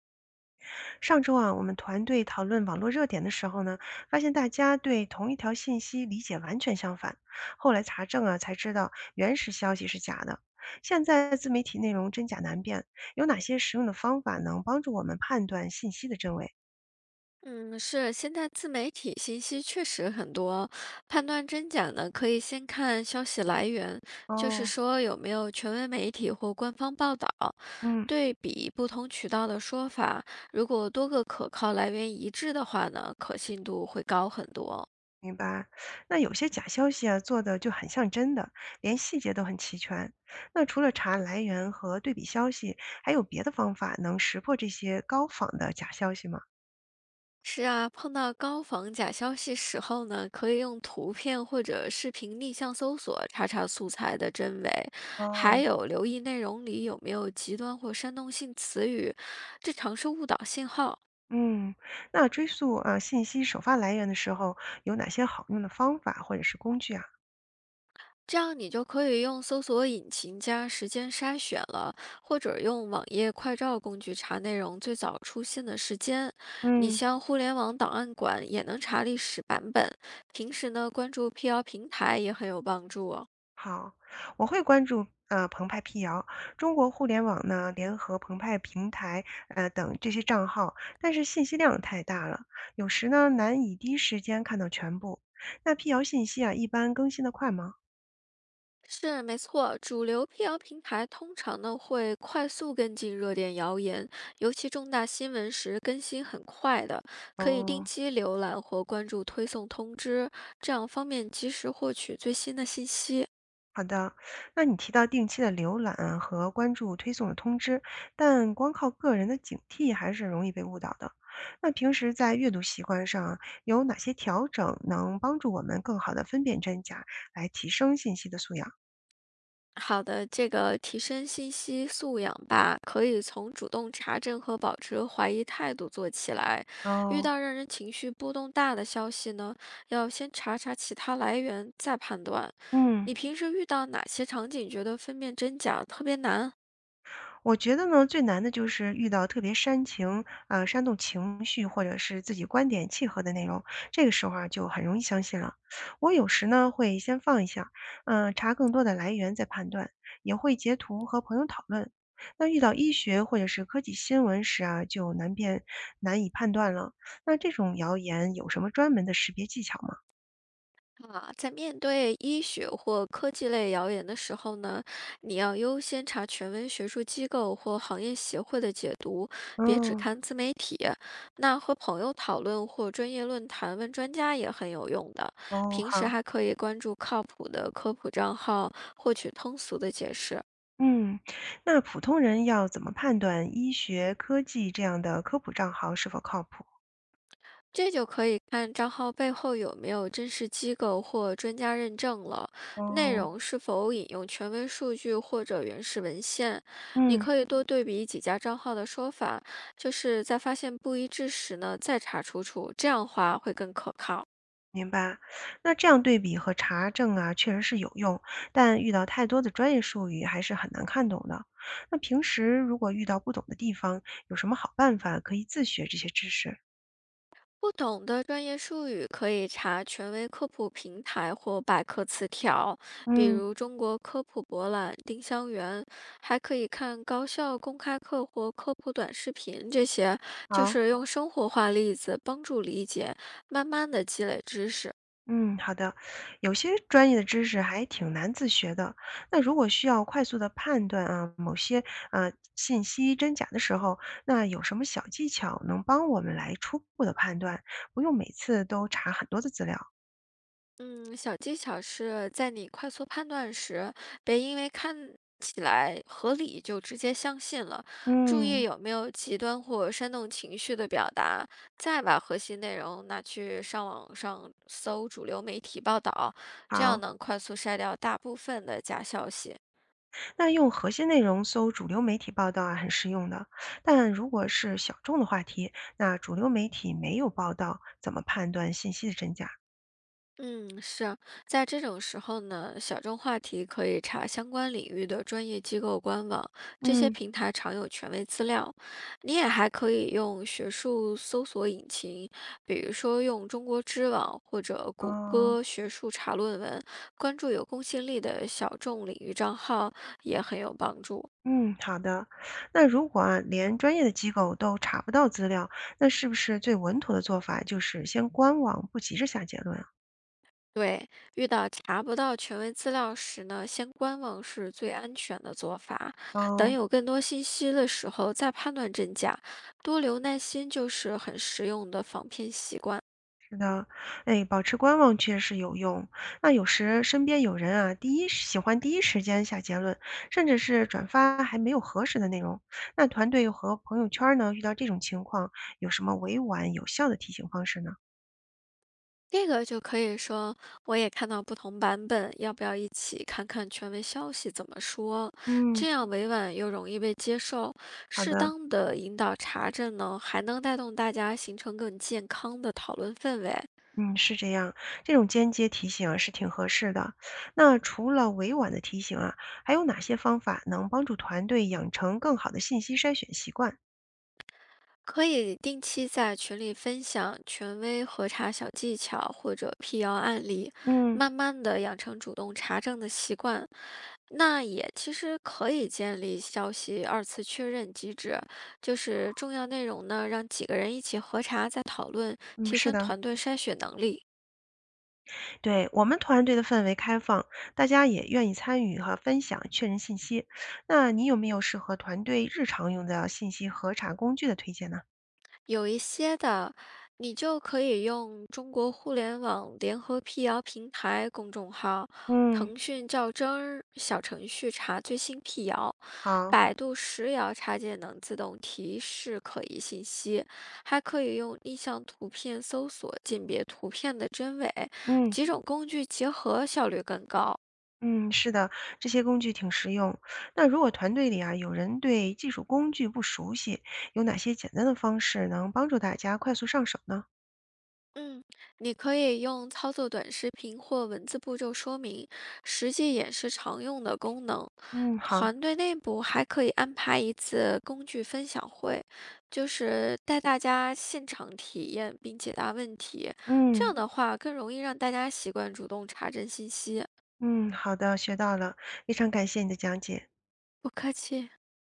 上周啊，我们团队讨论网络热点的时候呢，发现大家对同一条信息理解完全相反。后来查证啊，才知道原始消息是假的。现在自媒体内容真假难辨，有哪些实用的方法能帮助我们判断信息的真伪？嗯，是，现在自媒体信息确实很多，判断真假呢，可以先看消息来源，就是哦，说有没有权威媒体或官方报道，嗯，对比不同渠道的说法，如果多个可靠来源一致的话呢，可信度会高很多。明白。那有些假消息啊，做的就很像真的，连细节都很齐全。那除了查来源和对比消息，还有别的方法能识破这些高仿的假消息吗？是啊，碰到高仿假消息时候呢，可以用图片或者视频逆向搜索查素材的真伪，还哦，有留意内容里有没有极端或煽动性词语，这常是误导信号。嗯，那追溯啊信息首发来源的时候，有哪些好用的方法或者是工具啊？这样你就可以用搜索引擎加时间筛选了，或者用网页快照工具查内容最早出现的时间。你嗯，像互联网档案馆也能查历史版本，平时呢关注辟谣平台也很有帮助哦。好，我会关注啊澎湃辟谣、中国互联网呢联合澎湃平台等这些账号，但是信息量太大了，有时呢难以第一时间看到全部。那辟谣信息啊，一般更新的快吗？是没错，主流辟谣平台通常呢会快速跟进热点谣言，尤其重大新闻时更新很快的，可以定哦。期浏览或关注推送通知，这样方便及时获取最新的信息。好的，那你提到定期的浏览啊和关注推送的通知，但光靠个人的警惕还是容易被误导的。那平时在阅读习惯上啊有哪些调整能帮助我们更好的分辨真假，来提升信息的素养？好的，这个提升信息素养吧，可以从主动查证和保持怀疑态度做起来。遇哦，到让人情绪波动大的消息呢，要先查其他来源，再判断。嗯。你平时遇到哪些场景觉得分辨真假特别难？我觉得呢，最难的就是遇到特别煽情，煽动情绪或者是自己观点契合的内容，这个时候啊就很容易相信了。我有时呢会先放一下，查更多的来源再判断，也会截图和朋友讨论。那遇到医学或者是科技新闻时啊，就难辨难以判断了。那这种谣言有什么专门的识别技巧吗？啊，在面对医学或科技类谣言的时候呢，你要优先查权威学术机构或行业协会的解读，别只嗯，看自媒体。那和朋友讨论或专业论坛问专家也很有用的。哦，平时好。还可以关注靠谱的科普账号，获取通俗的解释。嗯，那普通人要怎么判断医学、科技这样的科普账号是否靠谱？这就可以看账号背后有没有真实机构或专家认证了，内哦，容是否引用权威数据或者原始文献。你嗯，可以多对比几家账号的说法，就是在发现不一致时呢，再查出处，这样的话会更可靠。明白。那这样对比和查证啊，确实是有用，但遇到太多的专业术语还是很难看懂的。那平时如果遇到不懂的地方，有什么好办法可以自学这些知识？不懂的专业术语可以查权威科普平台或百科词条，比嗯，如中国科普博览、丁香园，还可以看高校公开课或科普短视频，这些就好。是用生活化例子帮助理解，慢慢的积累知识。嗯，好的。有些专业的知识还挺难自学的，那如果需要快速的判断啊，某些信息真假的时候，那有什么小技巧能帮我们来初步的判断，不用每次都查很多的资料？嗯，小技巧是在你快速判断时，别因为看起来合理就直接相信了。注意嗯，有没有极端或煽动情绪的表达，再把核心内容拿去上网上搜主流媒体报道，这样好，能快速筛掉大部分的假消息。那用核心内容搜主流媒体报道啊，很实用的。但如果是小众的话题，那主流媒体没有报道，怎么判断信息的真假？嗯，是啊，在这种时候呢，小众话题可以查相关领域的专业机构官网，这些嗯，平台常有权威资料。你也还可以用学术搜索引擎，比如说用中国知网或者谷哦。歌学术查论文，关注有公信力的小众领域账号也很有帮助。嗯，好的。那如果啊，连专业的机构都查不到资料，那是不是最稳妥的做法就是先观望，不急着下结论啊？对，遇到查不到权威资料时呢，先观望是最安全的做法。等哦，有更多信息的时候再判断真假，多留耐心就是很实用的防骗习惯。是的，哎，保持观望确实有用。那有时身边有人啊，喜欢第一时间下结论，甚至是转发还没有核实的内容。那团队和朋友圈呢，遇到这种情况，有什么委婉有效的提醒方式呢？这个就可以说，我也看到不同版本，要不要一起看看权威消息怎么说？嗯，这样委婉又容易被接受，好适的。当的引导查证呢，还能带动大家形成更健康的讨论氛围。嗯，是这样，这种间接提醒啊是挺合适的。那除了委婉的提醒啊，还有哪些方法能帮助团队养成更好的信息筛选习惯？可以定期在群里分享权威核查小技巧或者辟谣案例，嗯，慢慢的养成主动查证的习惯。那也其实可以建立消息二次确认机制，就是重要内容呢，让几个人一起核查再讨论，嗯，提是升的，团队筛选能力。对，我们团队的氛围开放，大家也愿意参与和分享确认信息。那你有没有适合团队日常用的信息核查工具的推荐呢？有一些的，你就可以用中国互联网联合辟谣平台公众号、嗯腾讯较真儿小程序查最新辟谣，好。百度实谣插件能自动提示可疑信息，还可以用逆向图片搜索鉴别图片的真伪，嗯，几种工具结合效率更高。嗯，是的，这些工具挺实用。那如果团队里啊有人对技术工具不熟悉，有哪些简单的方式能帮助大家快速上手呢？嗯，你可以用操作短视频或文字步骤说明，实际演示常用的功能。嗯，好，团队内部还可以安排一次工具分享会，就是带大家现场体验并解答问题。这嗯样的话，更容易让大家习惯主动查证信息。嗯，好的，学到了，非常感谢你的讲解。不客气。